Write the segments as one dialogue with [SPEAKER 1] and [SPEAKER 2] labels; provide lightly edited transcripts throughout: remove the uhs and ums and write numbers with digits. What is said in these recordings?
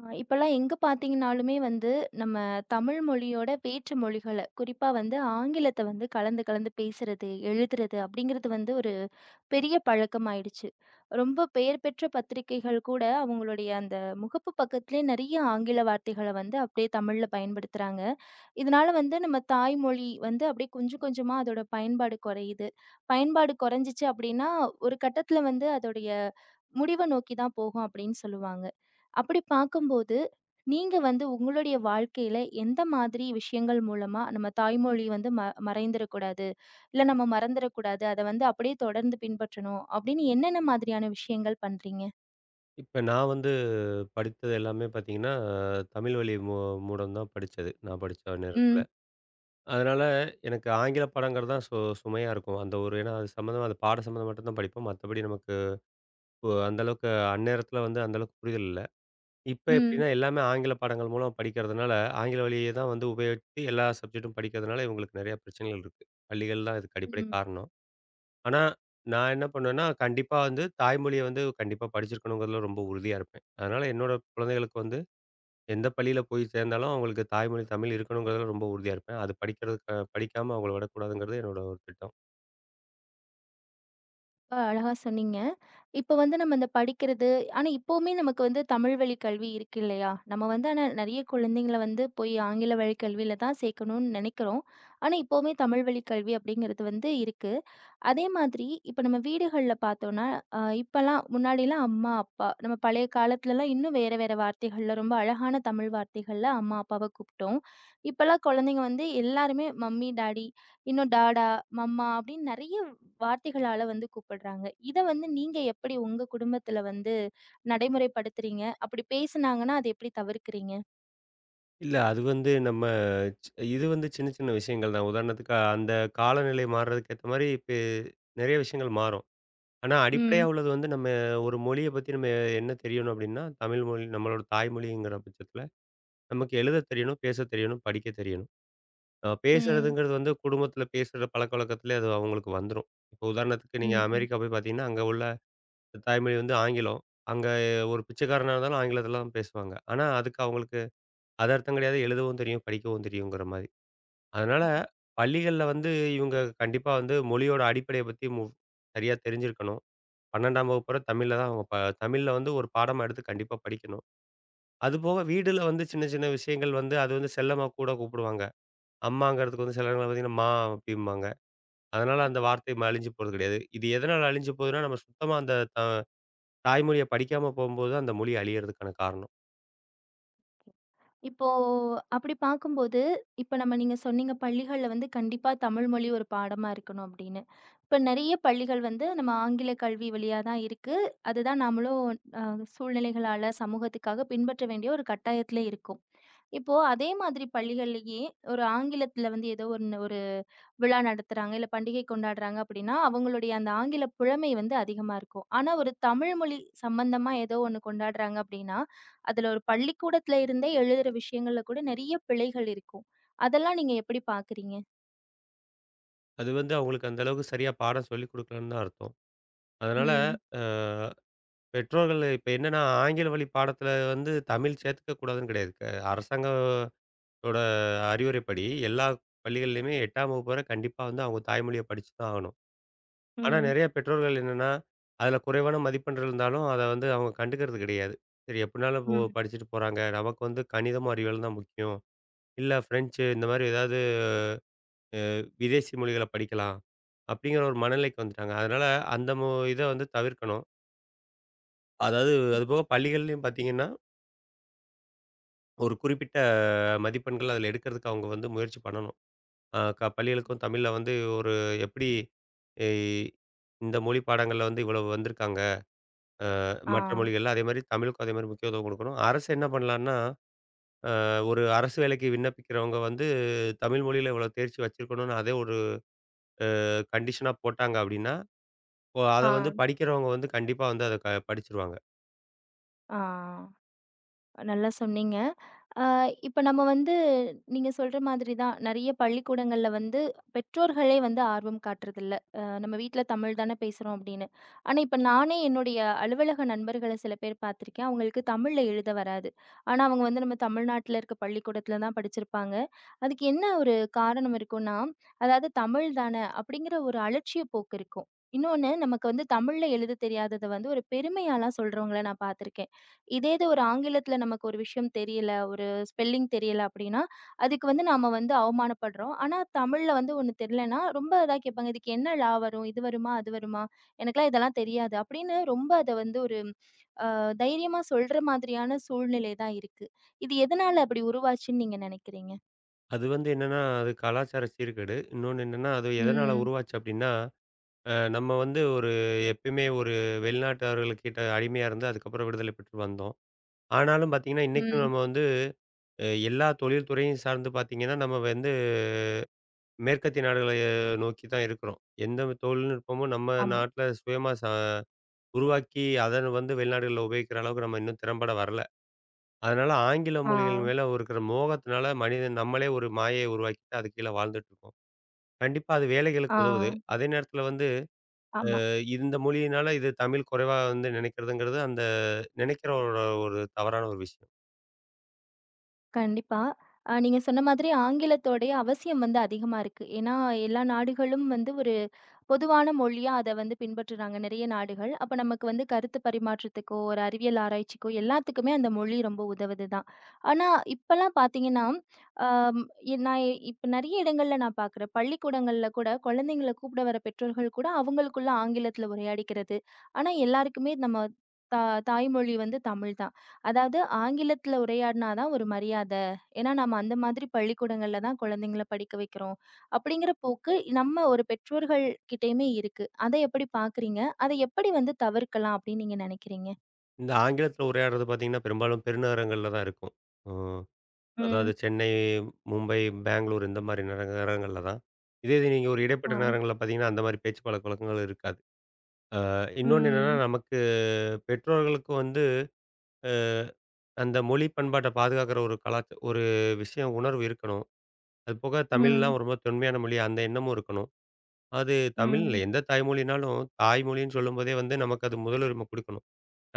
[SPEAKER 1] ஆ, இப்பல்லாம் எங்க பார்த்தீங்கனாலுமே வந்து, நம்ம தமிழ் மொழியோட வேற்று மொழிகள, குறிப்பா வந்து ஆங்கிலத்த வந்து கலந்து கலந்து பேசுறது, எழுதுறது அப்படிங்கிறது வந்து ஒரு பெரிய பழக்கமாயிடுச்சு. ரொம்ப பெயர் பெற்ற பத்திரிகைகள் கூட அவங்களுடைய அந்த முகப்பு பக்கத்திலேயே நெறைய ஆங்கில வார்த்தைகள வந்து அப்படியே தமிழ்ல பயன்படுத்துறாங்க. இதனால வந்து நம்ம தாய்மொழி வந்து அப்படியே கொஞ்சம் கொஞ்சமா அதோட பயன்பாடு குறையுது. பயன்பாடு குறைஞ்சுச்சு அப்படின்னா, ஒரு கட்டத்தில வந்து அதோடைய முடிவ நோக்கி தான் போகும் அப்படின்னு சொல்லுவாங்க. அப்படி பார்க்கும்போது, நீங்க வந்து உங்களுடைய வாழ்க்கையில எந்த மாதிரி விஷயங்கள் மூலமா நம்ம தாய்மொழி வந்து மறைந்திறக்கூடாது, இல்ல நம்ம மறந்துறக்கூடாது, அத வந்து அப்படியே தொடர்ந்து பின்பற்றணும் அப்படின்னு என்னென்ன மாதிரியான விஷயங்கள் பண்றீங்க?
[SPEAKER 2] இப்ப நான் வந்து படித்தது எல்லாமே பார்த்தீங்கன்னா, தமிழ் வழி மூடம் தான் படிச்சது. நான் படிச்ச நேரத்தில.
[SPEAKER 1] ம்,
[SPEAKER 2] அதனால எனக்கு ஆங்கில பாடங்கிறது தான் சுமையா இருக்கும். அந்த ஒரு ஏன்னா அது சம்மந்தமா அது பாடம் சம்மந்தம் மட்டும் தான் படிப்போம். மத்தபடி நமக்கு அந்த அளவுக்கு அந்நேரத்தில வந்து அந்த அளவுக்கு புரிதல் இல்ல. இப்ப
[SPEAKER 1] ம்,
[SPEAKER 2] எப்படின்னா எல்லாமே ஆங்கில பாடங்கள் மூலம் படிக்கிறதுனால, ஆங்கில வழிய தான் வந்து உபயோகித்து எல்லா சப்ஜெக்ட்டும் படிக்கிறதுனால இவங்களுக்கு நெறைய பிரச்சனைகள் இருக்கு. பள்ளிகள் தான் இதுக்கு அடிப்படை
[SPEAKER 1] ம்.
[SPEAKER 2] காரணம். ஆனா, நான் என்ன பண்ணுவேன்னா, கண்டிப்பா வந்து தாய்மொழிய வந்து கண்டிப்பா படிச்சிருக்கணுங்கிறதுல ரொம்ப உறுதியா இருப்பேன். அதனால என்னோட குழந்தைகளுக்கு வந்து எந்த பள்ளியில போய் சேர்ந்தாலும் அவங்களுக்கு தாய்மொழி தமிழ் இருக்கணுங்கிறதுல ரொம்ப உறுதியா இருப்பேன். அது படிக்கிறதுக்கு படிக்காம அவங்கள விடக்கூடாதுங்கிறது என்னோட ஒரு திட்டம்.
[SPEAKER 1] ரொம்ப அழகா சொன்னீங்க. இப்ப வந்து நம்ம இந்த படிக்கிறது ஆனா இப்பவுமே நமக்கு வந்து தமிழ் வழி கல்வி இருக்கு இல்லையா? நம்ம வந்து ஆனா நெறைய குழந்தைங்கள வந்து போய் ஆங்கில வழி கல்வியில தான் சேர்க்கணும்னு நெனைக்கிறோம். ஆனா இப்பவுமே தமிழ் வழி கல்வி அப்படிங்கிறது வந்து இருக்கு. அதே மாதிரி இப்ப நம்ம வீடுகள்ல பார்த்தோம்னா, இப்பலாம் முன்னாடிலாம் அம்மா, அப்பா நம்ம பழைய காலத்துலலாம் இன்னும் வேற வேற வார்த்தைகள்ல ரொம்ப அழகான தமிழ் வார்த்தைகள்ல அம்மா, அப்பாவ கூப்பிட்டோம். இப்பலாம் குழந்தைங்க வந்து எல்லாருமே மம்மி, டாடி, இன்னும் டாடா, மம்மா அப்படின்னு நெறைய வார்த்தைகளால வந்து கூப்பிடுறாங்க. இத வந்து நீங்க எப்படி உங்க குடும்பத்துல வந்து நடைமுறைப்படுத்துறீங்க? அப்படி பேசுனாங்கன்னா, அத எப்படி தவிர்க்கிறீங்க?
[SPEAKER 2] இல்ல அது வந்து நம்ம சி இது வந்து சின்ன சின்ன விஷயங்கள் தான். உதாரணத்துக்கு அந்த காலநிலை மாறுறதுக்கு ஏத்த மாரி இப்ப நெறைய விஷயங்கள் மாறும். ஆனா, அடிப்படையா
[SPEAKER 1] ம்.
[SPEAKER 2] உள்ளது வந்து நம்ம ஒரு மொழிய பத்தி நம்ம என்ன தெரியணும் அப்டின்னா, தமிழ் மொழி நம்மளோட தாய்மொழிங்கிற பட்சத்தில நமக்கு எழுத தெரியணும், பேச தெரியணும், படிக்க தெரியணும்.
[SPEAKER 1] ம்.
[SPEAKER 2] பேசுறதுங்கிறது வந்து குடும்பத்தில பேசுற பழக்கவழக்கத்திலே அது அவங்களுக்கு வந்துரும். இப்போ உதாரணத்துக்கு நீங்க
[SPEAKER 1] ம்.
[SPEAKER 2] அமெரிக்கா போய் பார்த்தீங்கன்னா, அங்க உள்ள தாய்மொழி வந்து ஆங்கிலம். அங்க ஒரு பிச்சைக்காரனா இருந்தாலும் ஆங்கிலத்தில தான் பேசுவாங்க. ஆனா, அதுக்கு அவங்களுக்கு அது அர்த்தம் கிடையாது. எழுதவும் தெரியும், படிக்கவும் தெரியுங்கிற மாரி. அதனால
[SPEAKER 1] ம்.
[SPEAKER 2] பள்ளிகள்ல வந்து இவங்க கண்டிப்பா வந்து மொழியோட அடிப்படைய பத்தி சரியா தெரிஞ்சிருக்கணும். 12ஆம் வகுப்பு வர தமிழ்ல தான் அவங்க தமிழ்ல வந்து ஒரு பாடமா எடுத்து கண்டிப்பா படிக்கணும். அதுபோக வீடுல வந்து சின்ன சின்ன விஷயங்கள் வந்து அது வந்து செல்லமா கூட கூப்பிடுவாங்க. அம்மாங்கிறதுக்கு வந்து சில நேரங்கள்ல பார்த்தீங்கன்னா, அப்படிம்பாங்க. அதனால அந்த வார்த்தை அழிஞ்சு போறது கிடையாது. இது எதனால அழிஞ்சு போகுதுன்னா, நம்ம சுத்தமா அந்த தாய்மொழிய படிக்காம போம்போது அந்த மொழி அழியறதுக்கான காரணம்.
[SPEAKER 1] இப்போ அப்படி பார்க்கும்போது, இப்ப நம்ம நீங்க சொன்னீங்க பள்ளிகள்ல வந்து கண்டிப்பா தமிழ் மொழி ஒரு பாடமா இருக்கணும் அப்படின்னு. இப்ப நெறைய பள்ளிகள் வந்து நம்ம ஆங்கில கல்வி வழியா தான் இருக்கு. அதுதான் நாமளும் அ சூழ்நிலைகளால, சமூகத்துக்காக பின்பற்ற வேண்டிய ஒரு கட்டாயத்தில இருக்கோம். இப்போ அதே மாதிரி பள்ளிகள்லயே ஒரு ஆங்கிலத்துல வந்து ஏதோ ஒண்ணு ஒரு விழா நடத்துறாங்க, இல்ல பண்டிகை கொண்டாடுறாங்க அப்படின்னா, அவங்களுடைய அந்த ஆங்கில புலமை வந்து அதிகமா இருக்கும். ஆனா ஒரு தமிழ் மொழி சம்பந்தமா ஏதோ ஒண்ணு கொண்டாடுறாங்க அப்படின்னா, அதுல ஒரு பள்ளிக்கூடத்துல இருந்தே எழுதுற விஷயங்கள்ல கூட நெறைய பிழைகள் இருக்கும். அதெல்லாம் நீங்க எப்படி பார்க்குறீங்க?
[SPEAKER 2] அது வந்து அவங்களுக்கு அந்த அளவுக்கு சரியா பாடம் சொல்லிக் குடுக்கலன்னு தான் அர்த்தம். அதனால
[SPEAKER 1] ம்.
[SPEAKER 2] அ பெற்றோர்கள் இப்ப என்னன்னா, ஆங்கில வழி பாடத்துல வந்து தமிழ் சேர்த்துக்க கூடாதுன்னு கிடையாது. அரசாங்கத்தோட அறிவுரைப்படி எல்லா பள்ளிகள்லயுமே 8ஆம் வகுப்பு வரை கண்டிப்பா வந்து அவங்க தாய்மொழிய படிச்சு தான் ஆகணும். ஆனா
[SPEAKER 1] ம்.
[SPEAKER 2] நெறைய பெற்றோர்கள் என்னன்னா, அதுல குறைவான மதிப்பெண் இருந்தாலும், அத வந்து அவங்க கண்டுக்கிறது கிடையாது. சரி எப்டினாலும் போ
[SPEAKER 1] ம்.
[SPEAKER 2] படிச்சுட்டு போறாங்க. நமக்கு வந்து கணிதமும், அறிவியலும் தான் முக்கியம். இல்ல ஃப்ரெஞ்சு இந்த மாரி ஏதாவது விதேசி மொழிகள படிக்கலாம். அப்டிங்கிற ஒரு மனநிலைக்கு வந்துட்டாங்க. அதனால அந்த இத வந்து தவிர்க்கணும். அதாவது அதுபோக பள்ளிகள்லயும் பார்த்தீங்கன்னா, ஒரு குறிப்பிட்ட மதிப்பெண்கள் அதுல எடுக்கிறதுக்கு அவங்க வந்து முயற்சி பண்ணணும். அ க பள்ளிகளுக்கும் தமிழ்ல வந்து ஒரு எப்டி எ இந்த மொழி பாடங்கள்ல வந்து இவ்வளவு வந்திருக்காங்க.
[SPEAKER 1] ஆ.
[SPEAKER 2] மற்ற மொழிகள்ல. அதேமாரி தமிழுக்கும் அதேமாரி முக்கியத்துவம் குடுக்கணும். அரசு என்ன பண்ணலான்னா, ஒரு அரசு வேலைக்கு விண்ணப்பிக்கிறவங்க வந்து தமிழ் மொழியில இவ்வளோ தேர்ச்சி வச்சிருக்கணும்னு அதே ஒரு கண்டிஷனா போட்டாங்க அப்டின்னா, இப்போ அத வந்து
[SPEAKER 1] ஆ.
[SPEAKER 2] படிக்கிறவங்க வந்து கண்டிப்பா வந்து அத படிச்சுருவாங்க.
[SPEAKER 1] ஆ. நல்லா சொன்னீங்க. ஆ, இப்ப நம்ம வந்து நீங்க சொல்ற மாதிரி தான் நிறைய பள்ளிக்கூடங்கள்ல வந்து பெற்றோர்களே வந்து ஆர்வம் காட்டுறதில்ல. நம்ம வீட்ல தமிழ் தானே பேசுறோம் அப்படின்னு. ஆனா இப்ப நானே என்னுடைய அலுவலக நண்பர்கள சில பேர் பார்த்துருக்கேன். அவங்களுக்கு தமிழ்ல எழுத வராது. ஆனா அவங்க வந்து நம்ம தமிழ்நாட்டுல இருக்க பள்ளிக்கூடத்துல தான் படிச்சிருப்பாங்க. அதுக்கு என்ன ஒரு காரணம் இருக்கும்னா, அதாவது தமிழ் தானே அப்படிங்கிற ஒரு அலட்சிய போக்கு இருக்கும். இன்னொன்னு நமக்கு வந்து தமிழ்ல எழுத தெரியாதத வந்து ஒரு பெருமையாலாம் சொல்றவங்கள நான் பார்த்துருக்கேன். இதே இது ஒரு ஆங்கிலத்துல நமக்கு ஒரு விஷயம் தெரியல, ஒரு ஸ்பெல்லிங் தெரியல அப்படின்னா, அதுக்கு வந்து நாம வந்து அவமானப்படுறோம். ஆனா, தமிழ்ல வந்து ஒண்ணு தெரியலன்னா, ரொம்ப இதா கேட்பாங்க. இதுக்கு என்ன ழ வரும்? இது வருமா? அது வருமா? எனக்கெல்லாம் இதெல்லாம் தெரியாது. அப்படின்னு ரொம்ப அத வந்து ஒரு தைரியமா சொல்ற மாதிரியான சூழ்நிலை தான் இருக்கு. இது எதனால அப்படி உருவாச்சுன்னு நீங்க நினைக்கிறீங்க?
[SPEAKER 2] அது வந்து என்னன்னா, அது கலாச்சார சீர்கேடு. இன்னொன்னு என்னன்னா, அது எதனால
[SPEAKER 1] ம்.
[SPEAKER 2] உருவாச்சு அப்டின்னா, நம்ம வந்து ஒரு எப்பயுமே ஒரு வெளிநாட்டவர்கள்கிட்ட அடிமையா இருந்து அதுக்கப்புறம் விடுதலை பெற்று வந்தோம். ஆனாலும் பார்த்தீங்கன்னா, இன்னைக்கும்
[SPEAKER 1] ம்.
[SPEAKER 2] நம்ம வந்து எல்லா தொழில் துறையும் சார்ந்து பார்த்தீங்கன்னா, நம்ம வந்து மேற்கத்திய நாடுகள நோக்கி தான் இருக்கிறோம். எந்த தொழில்நுட்பமும் நம்ம
[SPEAKER 1] ஆமா.
[SPEAKER 2] நாட்ல சுயமா உருவாக்கி, அத வந்து வெளிநாடுகள்ல உபயோகிக்கிற அளவுக்கு நம்ம இன்னும் திறம்பட வரல. அதனால ஆங்கில
[SPEAKER 1] ஆ.
[SPEAKER 2] மொழிகள் மேல இருக்கிற மோகத்தினால மனிதன் நம்மளே ஒரு மாயையை உருவாக்கிட்டு அது கீழ வாழ்ந்துட்டு இருக்கோம். கண்டிப்பா அது வேலைகளுக்கு உதவுது.
[SPEAKER 1] ஆ.
[SPEAKER 2] அதே நேரத்தில வந்து
[SPEAKER 1] ஆமா.
[SPEAKER 2] இந்த மொழியினால இது தமிழ் குறைவா வந்து நினைக்கிறதுங்கிறது அந்த நினைக்கிறவரோட ஒரு தவறான ஒரு விஷயம்.
[SPEAKER 1] கண்டிப்பா. நீங்க சொன்ன மாதிரி ஆங்கிலத்தோடைய அவசியம் வந்து அதிகமா இருக்கு. ஏன்னா, எல்லா நாடுகளும் வந்து ஒரு பொதுவான மொழியா அத வந்து பின்பற்றுறாங்க நெறைய நாடுகள். அப்ப நமக்கு வந்து கருத்து பரிமாற்றத்துக்கோ, ஒரு அறிவியல் ஆராய்ச்சிக்கோ எல்லாத்துக்குமே அந்த மொழி ரொம்ப உதவுது தான். ஆனா இப்பலாம் பார்த்தீங்கன்னா, அம் எ நான் இப்ப நெறைய இடங்கள்ல நான் பார்க்குறேன். பள்ளிக்கூடங்கள்ல கூட குழந்தைங்கள கூப்பிட வர பெற்றோர்கள் கூட அவங்களுக்குள்ள ஆங்கிலத்தில உரையாடிக்கிறது. ஆனா எல்லாருக்குமே நம்ம தா தாய்மொழி வந்து தமிழ் தான். அதாவது ஆங்கிலத்தில உரையாடினா தான் ஒரு மரியாத. ஏன்னா நம்ம அந்த மாதிரி பள்ளிக்கூடங்கள்ல தான் குழந்தைங்கள படிக்க வைக்கிறோம். அப்படிங்கிற போக்கு நம்ம ஒரு பெற்றோர்கள் கிட்டயுமே இருக்கு. அத எப்படி பார்க்குறீங்க? அத எப்படி வந்து தவிர்க்கலாம் அப்படின்னு நீங்க நினைக்கிறீங்க?
[SPEAKER 2] இந்த ஆங்கிலத்தில உரையாடுறது பார்த்தீங்கன்னா, பெரும்பாலும் பெருநகரங்கள்ல தான் இருக்கும். அ. அதாவது
[SPEAKER 1] ம்.
[SPEAKER 2] சென்னை, மும்பை, பெங்களூர் இந்த மாரி நகரங்கள்ல தான். இதே இது நீங்க ஒரு
[SPEAKER 1] ஆ.
[SPEAKER 2] இடைப்பட்ட நகரங்கள்ல பார்த்தீங்கன்னா, அந்த மாரி பேச்சு பழக்கவழக்கங்கள் இருக்காது. அ இன்னொன்னு என்னன்னா,
[SPEAKER 1] ம்.
[SPEAKER 2] நமக்கு பெற்றோர்களுக்கு வந்து அ அந்த மொழி பண்பாட்ட பாதுகாக்கிற ஒரு ஒரு விஷயம் உணர்வு இருக்கணும். அது போக
[SPEAKER 1] ம்.
[SPEAKER 2] தமிழ்லாம் ரொம்ப தொன்மையான மொழி அந்த எண்ணமும் இருக்கணும். அது தமிழ் இல்ல
[SPEAKER 1] ம்.
[SPEAKER 2] எந்த தாய்மொழினாலும், தாய்மொழின்னு சொல்லும்போதே வந்து நமக்கு அது முதலுரிமை குடுக்கணும்.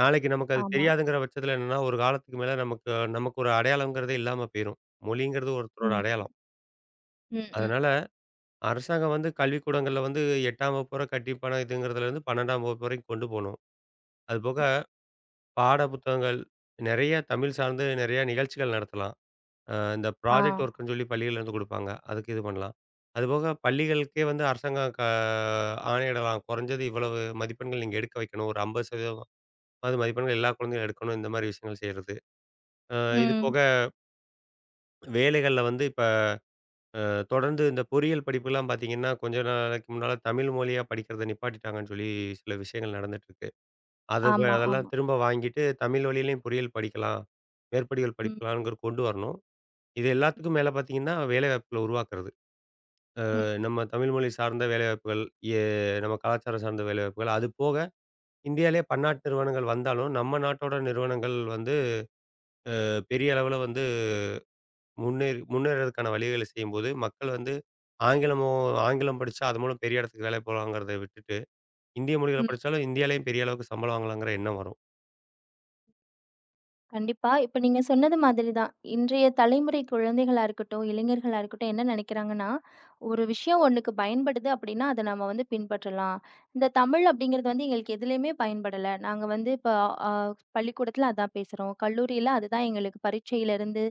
[SPEAKER 2] நாளைக்கு நமக்கு அது
[SPEAKER 1] ஆமா.
[SPEAKER 2] தெரியாதுங்கிற பட்சத்தில என்னன்னா, ஒரு காலத்துக்கு மேல நமக்கு நமக்கு ஒரு அடையாளம்ங்கிறதே இல்லாம போயிரும். மொழிங்கிறது ஒருத்தரோட
[SPEAKER 1] ம்.
[SPEAKER 2] அடையாளம்.
[SPEAKER 1] ம். ம்.
[SPEAKER 2] அதனால அரசாங்கம் வந்து கல்விக்கூடங்கள்ல வந்து 8ஆம் வகுப்பு வர கட்டிப்பணம் இதுங்கிறதுலேருந்து 12ஆம் வகுப்பு வரைக்கும் கொண்டு போணும். அதுபோக
[SPEAKER 1] ம்.
[SPEAKER 2] பாட புத்தகங்கள், நெறைய தமிழ் சார்ந்து நெறைய நிகழ்ச்சிகள் நடத்தலாம். இந்த
[SPEAKER 1] ஆ.
[SPEAKER 2] ப்ராஜெக்ட் ஒர்க்குன்னு சொல்லி பள்ளிகள்லேருந்து குடுப்பாங்க. அதுக்கு இது பண்ணலாம். அதுபோக பள்ளிகளுக்கே வந்து அரசாங்கம் ஆணையிடலாம். குறைஞ்சது இவ்வளவு மதிப்பெண்கள் நீங்க எடுக்க வைக்கணும். ஒரு 50% அது மதிப்பெண்கள் எல்லா குழந்தையும் எடுக்கணும். இந்த மாரி விஷயங்கள் செய்றது. அ இது
[SPEAKER 1] ம்.
[SPEAKER 2] போக வேலைகள்ல வந்து இப்ப தொடர்ந்து இந்த பொறியியல் படிப்புலாம் பார்த்தீங்கன்னா, கொஞ்ச நாளைக்கு முன்னால தமிழ் மொழியா படிக்கிறத நிப்பாட்டிட்டாங்கன்னு சொல்லி சில விஷயங்கள் நடந்துட்டு இருக்கு. அது
[SPEAKER 1] ஆமா,
[SPEAKER 2] அதெல்லாம்
[SPEAKER 1] ஆமா.
[SPEAKER 2] திரும்ப வாங்கிட்டு தமிழ் வழியிலயும் பொறியியல் படிக்கலாம், மேற்படிகள்
[SPEAKER 1] ம்.
[SPEAKER 2] படிக்கலாம்ங்கிற கொண்டு வரணும். இது எல்லாத்துக்கும் மேல பார்த்தீங்கன்னா, வேலைவாய்ப்புகள உருவாக்குறது. நம்ம தமிழ் மொழி சார்ந்த வேலைவாய்ப்புகள், எ நம்ம கலாச்சாரம் சார்ந்த வேலைவாய்ப்புகள், அது போக இந்தியாவிலேயே பன்னாட்டு நிறுவனங்கள் வந்தாலும், நம்ம நாட்டோட நிறுவனங்கள் வந்து பெரிய அளவுல வந்து முன்னேறதுக்கான வழிகளை செய்யும்போது, மக்கள் வந்து ஆங்கிலமோ ஆங்கிலம் படிச்சா அது மூலம் பெரிய இடத்துக்கு வேலைக்கு போலாங்கிறத விட்டுட்டு, இந்திய மொழிகள
[SPEAKER 1] ம்.
[SPEAKER 2] படிச்சாலும் இந்தியாலயும் பெரிய அளவுக்கு சம்பளம் வாங்கலாங்கிற எண்ணம் வரும்.
[SPEAKER 1] கண்டிப்பா. இப்ப நீங்க சொன்னது மாதிரி தான். இன்றைய தலைமுறை குழந்தைகளா இருக்கட்டும், இளைஞர்களா இருக்கட்டும் என்ன நினைக்கிறாங்கன்னா, ஒரு விஷயம் ஒண்ணுக்கு பயன்படுது அப்படின்னா, அத நம்ம வந்து பின்பற்றலாம். இந்த தமிழ் அப்படிங்கிறது வந்து எங்களுக்கு எதுலயுமே பயன்படல. நாங்க வந்து இப்ப அ பள்ளிக்கூடத்துல அதான் பேசுறோம். கல்லூரியில அதுதான் எங்களுக்கு பரீட்சையிலருந்து,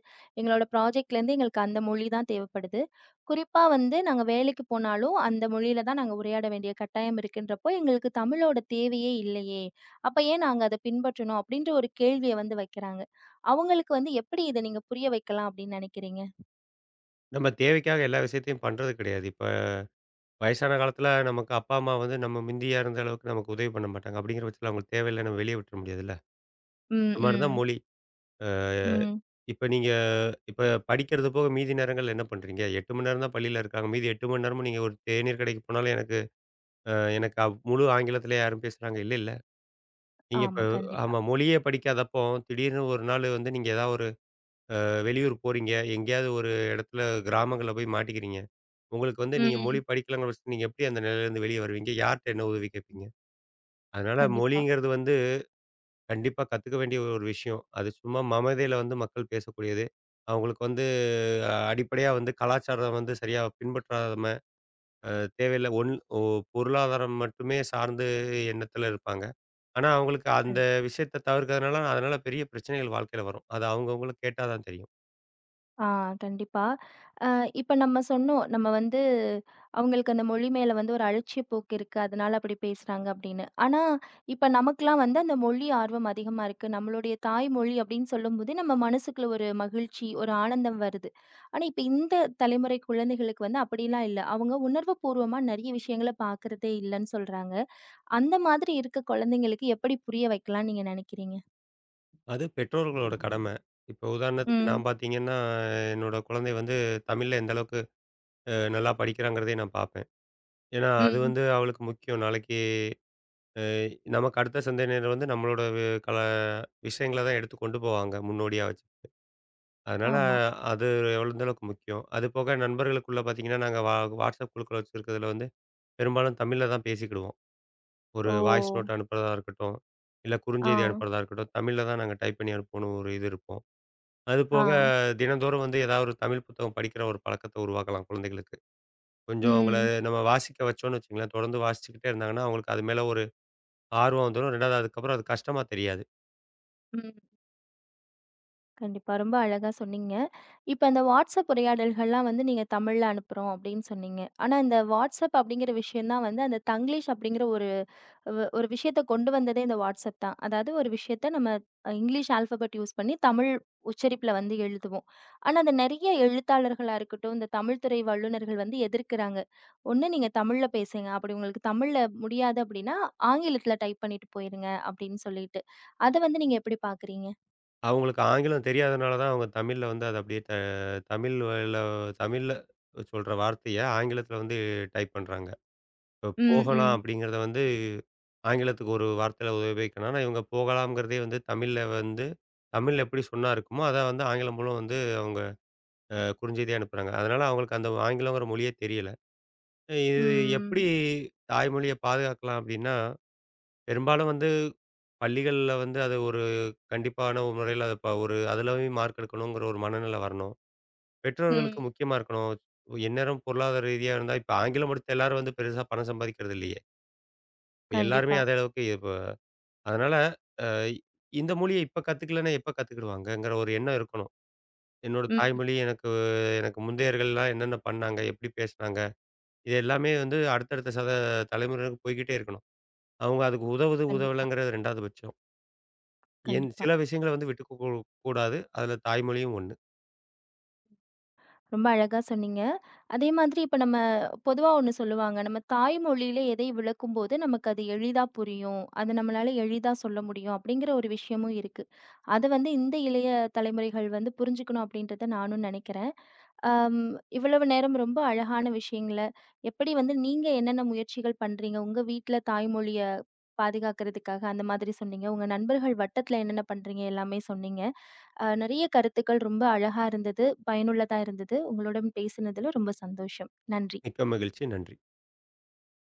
[SPEAKER 1] எங்களோட ப்ராஜெக்ட்லேருந்து எங்களுக்கு அந்த மொழி தான் தேவைப்படுது. குறிப்பா வந்து நாங்க வேலைக்கு போனாலும் அந்த மொழியில தான் நாங்க உரையாட வேண்டிய கட்டாயம் இருக்குன்றப்போ, எங்களுக்கு தமிழோட தேவையே இல்லையே! அப்ப ஏன் நாங்க அத பின்பற்றணும்? அப்டின்ற ஒரு கேள்விய வந்து வைக்கிறாங்க. அவங்களுக்கு வந்து எப்படி இத நீங்க புரிய வைக்கலாம் அப்டின்னு நெனைக்கிறீங்க?
[SPEAKER 2] நம்ம தேவைக்காக எல்லா விஷயத்தையும் பண்றது கிடையாது. இப்ப வயசான காலத்தில நமக்கு அப்பா, அம்மா வந்து நம்ம முந்தியா இருந்த அளவுக்கு நமக்கு உதவி பண்ண மாட்டாங்க. அப்படிங்கிற பட்சத்தில அவங்களுக்கு தேவையில்ல நம்ம வெளிய விட்டுற முடியாதுல்ல.
[SPEAKER 1] ம்,
[SPEAKER 2] இந்த மாரி தான்
[SPEAKER 1] ம்,
[SPEAKER 2] மொழி. அ
[SPEAKER 1] ம்.
[SPEAKER 2] இப்ப நீங்க இப்ப படிக்கிறது போக மீதி நேரங்கள்ல என்ன பண்றீங்க? 8 மணி நேரம் தான் பள்ளியில இருக்காங்க. மீதி 8 மணி நேரமும் நீங்க ஒரு தேநீர் கடைக்கு போனாலும் எனக்கு முழு ஆங்கிலத்தில யாரும் பேசுறாங்க இல்லைல்ல. நீங்க இப்ப
[SPEAKER 1] ஆமா, கண்டிப்பா.
[SPEAKER 2] ஆமா. மொழியே படிக்காதப்போ, திடீர்னு ஒரு நாள் வந்து நீங்க ஏதாவது ஒரு வெளியூர் போறீங்க. எங்கேயாவது ஒரு இடத்துல கிராமங்கள்ல போய் மாட்டிக்கிறீங்க. உங்களுக்கு வந்து நீங்க மொழி
[SPEAKER 1] ம்.
[SPEAKER 2] படிக்கலங்கிற பட்சத்துல, நீங்க எப்படி அந்த நிலையிலேருந்து வெளிய வருவீங்க? யார்ட்ட என்ன உதவி கேட்பீங்க? அதனால
[SPEAKER 1] கண்டிப்பா.
[SPEAKER 2] மொழிங்கிறது வந்து கண்டிப்பா கத்துக்க வேண்டிய ஒரு விஷயம். அது சும்மா மமதையில வந்து மக்கள் பேசக்கூடியது. அவங்களுக்கு வந்து அடிப்படையா வந்து கலாச்சாரம் வந்து சரியா பின்பற்றாம, அ தேவையில்ல ஒன் ஓ பொருளாதாரம் மட்டுமே சார்ந்து எண்ணத்துல இருப்பாங்க. ஆனா, அவங்களுக்கு அந்த
[SPEAKER 1] கண்டிப்பா.
[SPEAKER 2] விஷயத்த தவிர்க்கிறதுனால, அதனால பெரிய பிரச்சனைகள் வாழ்க்கையில வரும். அது அவங்கவங்களுக்கு கேட்டா தான் தெரியும்.
[SPEAKER 1] ஆ கண்டிப்பா. அ இப்ப நம்ம சொன்னோம். நம்ம வந்து அவங்களுக்கு அந்த மொழி மேல வந்து ஒரு அலட்சிய போக்கு இருக்கு. அதனால அப்படி பேசுறாங்க அப்படின்னு. ஆனா, இப்ப நமக்கெல்லாம் வந்து அந்த மொழி ஆர்வம் அதிகமா இருக்கு. நம்மளுடைய தாய்மொழி அப்படின்னு சொல்லும்போது, நம்ம மனசுக்குள்ள ஒரு மகிழ்ச்சி, ஒரு ஆனந்தம் வருது. ஆனா, இப்ப இந்த தலைமுறை குழந்தைகளுக்கு வந்து அப்படிலாம் இல்ல. அவங்க உணர்வுபூர்வமா நெறைய விஷயங்கள பார்க்கறதே இல்லன்னு சொல்றாங்க. அந்த மாதிரி இருக்க குழந்தைங்களுக்கு எப்படி புரிய வைக்கலாம்னு நீங்க நினைக்கிறீங்க?
[SPEAKER 2] அது பெற்றோர்களோட கடமை. இப்போ உதாரணத்துக்கு
[SPEAKER 1] ம்.
[SPEAKER 2] நான் பார்த்தீங்கன்னா, என்னோட குழந்தை வந்து தமிழ்ல எந்த அளவுக்கு நல்லா படிக்கிறாங்கிறதே நான் பார்ப்பேன். ஏன்னா, அது
[SPEAKER 1] ம்.
[SPEAKER 2] வந்து அவளுக்கு முக்கியம். நாளைக்கு அ நமக்கு அடுத்த சந்ததியினர் வந்து நம்மளோட வி கல விஷயங்கள தான் எடுத்து கொண்டு போவாங்க, முன்னோடியா வச்சு. அதனால
[SPEAKER 1] ஆமா.
[SPEAKER 2] அது எந்த அளவுக்கு முக்கியம். அது போக நண்பர்களுக்குள்ள பார்த்தீங்கன்னா, நாங்க WhatsApp குழுக்கள் வச்சிருக்கிறதுல வந்து பெரும்பாலும் தமிழ்ல தான் பேசிக்கிடுவோம். ஒரு
[SPEAKER 1] ஓ!
[SPEAKER 2] வாய்ஸ் நோட் அனுப்புறதா இருக்கட்டும், இல்ல
[SPEAKER 1] ஆ,
[SPEAKER 2] குறுஞ்செய்தி அனுப்புறதா இருக்கட்டும், தமிழ்ல தான் நாங்க டைப் பண்ணி அனுப்பணும் ஒரு இது இருக்கும். அது
[SPEAKER 1] ஆ.
[SPEAKER 2] போக தினந்தோறும் வந்து ஏதாவது ஒரு தமிழ் புத்தகம் படிக்கிற ஒரு பழக்கத்த உருவாக்கலாம் குழந்தைகளுக்கு. கொஞ்சம் அவங்கள
[SPEAKER 1] ம்.
[SPEAKER 2] நம்ம வாசிக்க வச்சோம்னு வச்சுக்கங்களேன், தொடர்ந்து வாசிச்சுக்கிட்டே இருந்தாங்கன்னா, அவங்களுக்கு அது மேல ஒரு ஆர்வம் வந்துரும். 2வது அதுக்கப்புறம் அது கஷ்டமா தெரியாது.
[SPEAKER 1] ம். கண்டிப்பா. ரொம்ப அழகா சொன்னீங்க. இப்ப அந்த WhatsApp உரையாடல்கள்லாம் வந்து நீங்க தமிழ்ல அனுப்புறோம் அப்படின்னு சொன்னீங்க. ஆனா இந்த WhatsApp அப்படிங்கிற விஷயம் தான் வந்து அந்த தங்கிலீஷ் அப்படிங்கிற ஒரு ஒரு விஷயத்த கொண்டு வந்ததே இந்த WhatsApp தான். அதாவது ஒரு விஷயத்த நம்ம இங்கிலீஷ் ஆல்ஃபாபெட் யூஸ் பண்ணி தமிழ் உச்சரிப்புல வந்து எழுதுவோம். ஆனா அந்த நெறைய எழுத்தாளர்களா இருக்கட்டும், இந்த தமிழ் துறை வல்லுனர்கள் வந்து எதிர்க்கிறாங்க. ஒண்ணு நீங்க தமிழ்ல பேசுங்க. அப்படி உங்களுக்கு தமிழ்ல முடியாது அப்படின்னா, ஆங்கிலத்துல டைப் பண்ணிட்டு போயிருங்க அப்படின்னு சொல்லிட்டு. அத வந்து நீங்க எப்படி பார்க்குறீங்க?
[SPEAKER 2] அவங்களுக்கு ஆங்கிலம் தெரியாதனால தான் அவங்க தமிழ்ல வந்து அது அப்படியே தமிழ்ல தமிழ்ல சொல்ற வார்த்தைய ஆங்கிலத்தில வந்து டைப் பண்றாங்க. இப்ப
[SPEAKER 1] ம்,
[SPEAKER 2] போகலாம்
[SPEAKER 1] ம்.
[SPEAKER 2] அப்படிங்கிறத வந்து ஆங்கிலத்துக்கு ஒரு வார்த்தையில உபயோகிக்கணும். ஆனா இவங்க போகலாம்ங்கிறதே வந்து தமிழ்ல வந்து தமிழ்ல எப்படி சொன்னா இருக்குமோ, அத வந்து ஆங்கிலம் மூலம் வந்து அவங்க குறுஞ்செய்தியா அனுப்புறாங்க. அதனால அவங்களுக்கு அந்த ஆங்கிலங்கிற மொழியே தெரியல. இது எப்படி
[SPEAKER 1] ம்.
[SPEAKER 2] தாய்மொழிய பாதுகாக்கலாம் அப்படின்னா, பெரும்பாலும் வந்து பள்ளிகள்ல வந்து அது ஒரு கண்டிப்பான ஒரு முறையில அத ஒரு அதுலயும் மார்க் எடுக்கணுங்கிற ஒரு மனநிலை வரணும். பெற்றோர்களுக்கு
[SPEAKER 1] ம்.
[SPEAKER 2] முக்கியமா இருக்கணும். எந்நேரம் பொருளாதார ரீதியா இருந்தா, இப்ப ஆங்கிலம் படித்த எல்லாரும் வந்து பெருசா பணம் சம்பாதிக்கிறது இல்லையே. இப்ப எல்லாருமே
[SPEAKER 1] கண்டிப்பா.
[SPEAKER 2] அதே அளவுக்கு அதனால, அ இந்த மொழிய இப்ப கத்துக்கலன்னா எப்ப கத்துக்கிடுவாங்கங்கிற ஒரு எண்ணம் இருக்கணும். என்னோட
[SPEAKER 1] ம்.
[SPEAKER 2] தாய்மொழி எனக்கு எனக்கு முந்தையர்கள்லாம் என்னென்ன பண்ணாங்க? எப்படி பேசினாங்க? இது எல்லாமே வந்து அடுத்தடுத்த தலைமுறையினருக்கு போய்க்கிட்டே இருக்கணும். அவங்க அதுக்கு உதவுது,
[SPEAKER 1] கண்டிப்பா,
[SPEAKER 2] உதவலங்கிறது 2வது பட்சம். என்
[SPEAKER 1] கண்டிப்பா.
[SPEAKER 2] சில விஷயங்கள வந்து விட்டு குடுக்கக்கூடாது. அதுல தாய்மொழியும் ஒண்ணு.
[SPEAKER 1] ரொம்ப அழகா சொன்னீங்க. அதே மாதிரி இப்ப நம்ம பொதுவா ஒண்ணு சொல்லுவாங்க. நம்ம தாய்மொழியில எதை விளக்கும்போது நமக்கு அது எளிதா புரியும். அது நம்மளால எளிதா சொல்ல முடியும் அப்படிங்கிற ஒரு விஷயமும் இருக்கு. அத வந்து இந்த இளைய தலைமுறைகள் வந்து புரிஞ்சுக்கணும் அப்படின்றத நானும் நினைக்கிறேன். ஆம், இவ்வளவு நேரம் ரொம்ப அழகான விஷயங்கள, எப்படி வந்து நீங்க என்னென்ன முயற்சிகள் பண்றீங்க? உங்க வீட்ல தாய்மொழிய பாதுகாக்கிறதுக்காக அந்த மாதிரி சொன்னீங்க. உங்க நண்பர்கள் வட்டத்துல என்னென்ன பண்றீங்க? எல்லாமே சொன்னீங்க. நெறைய கருத்துக்கள் ரொம்ப அழகா இருந்தது. பயனுள்ளதா இருந்தது. உங்களுடன் பேசினதுல ரொம்ப சந்தோஷம். நன்றி.
[SPEAKER 2] மிக்க மகிழ்ச்சி. நன்றி.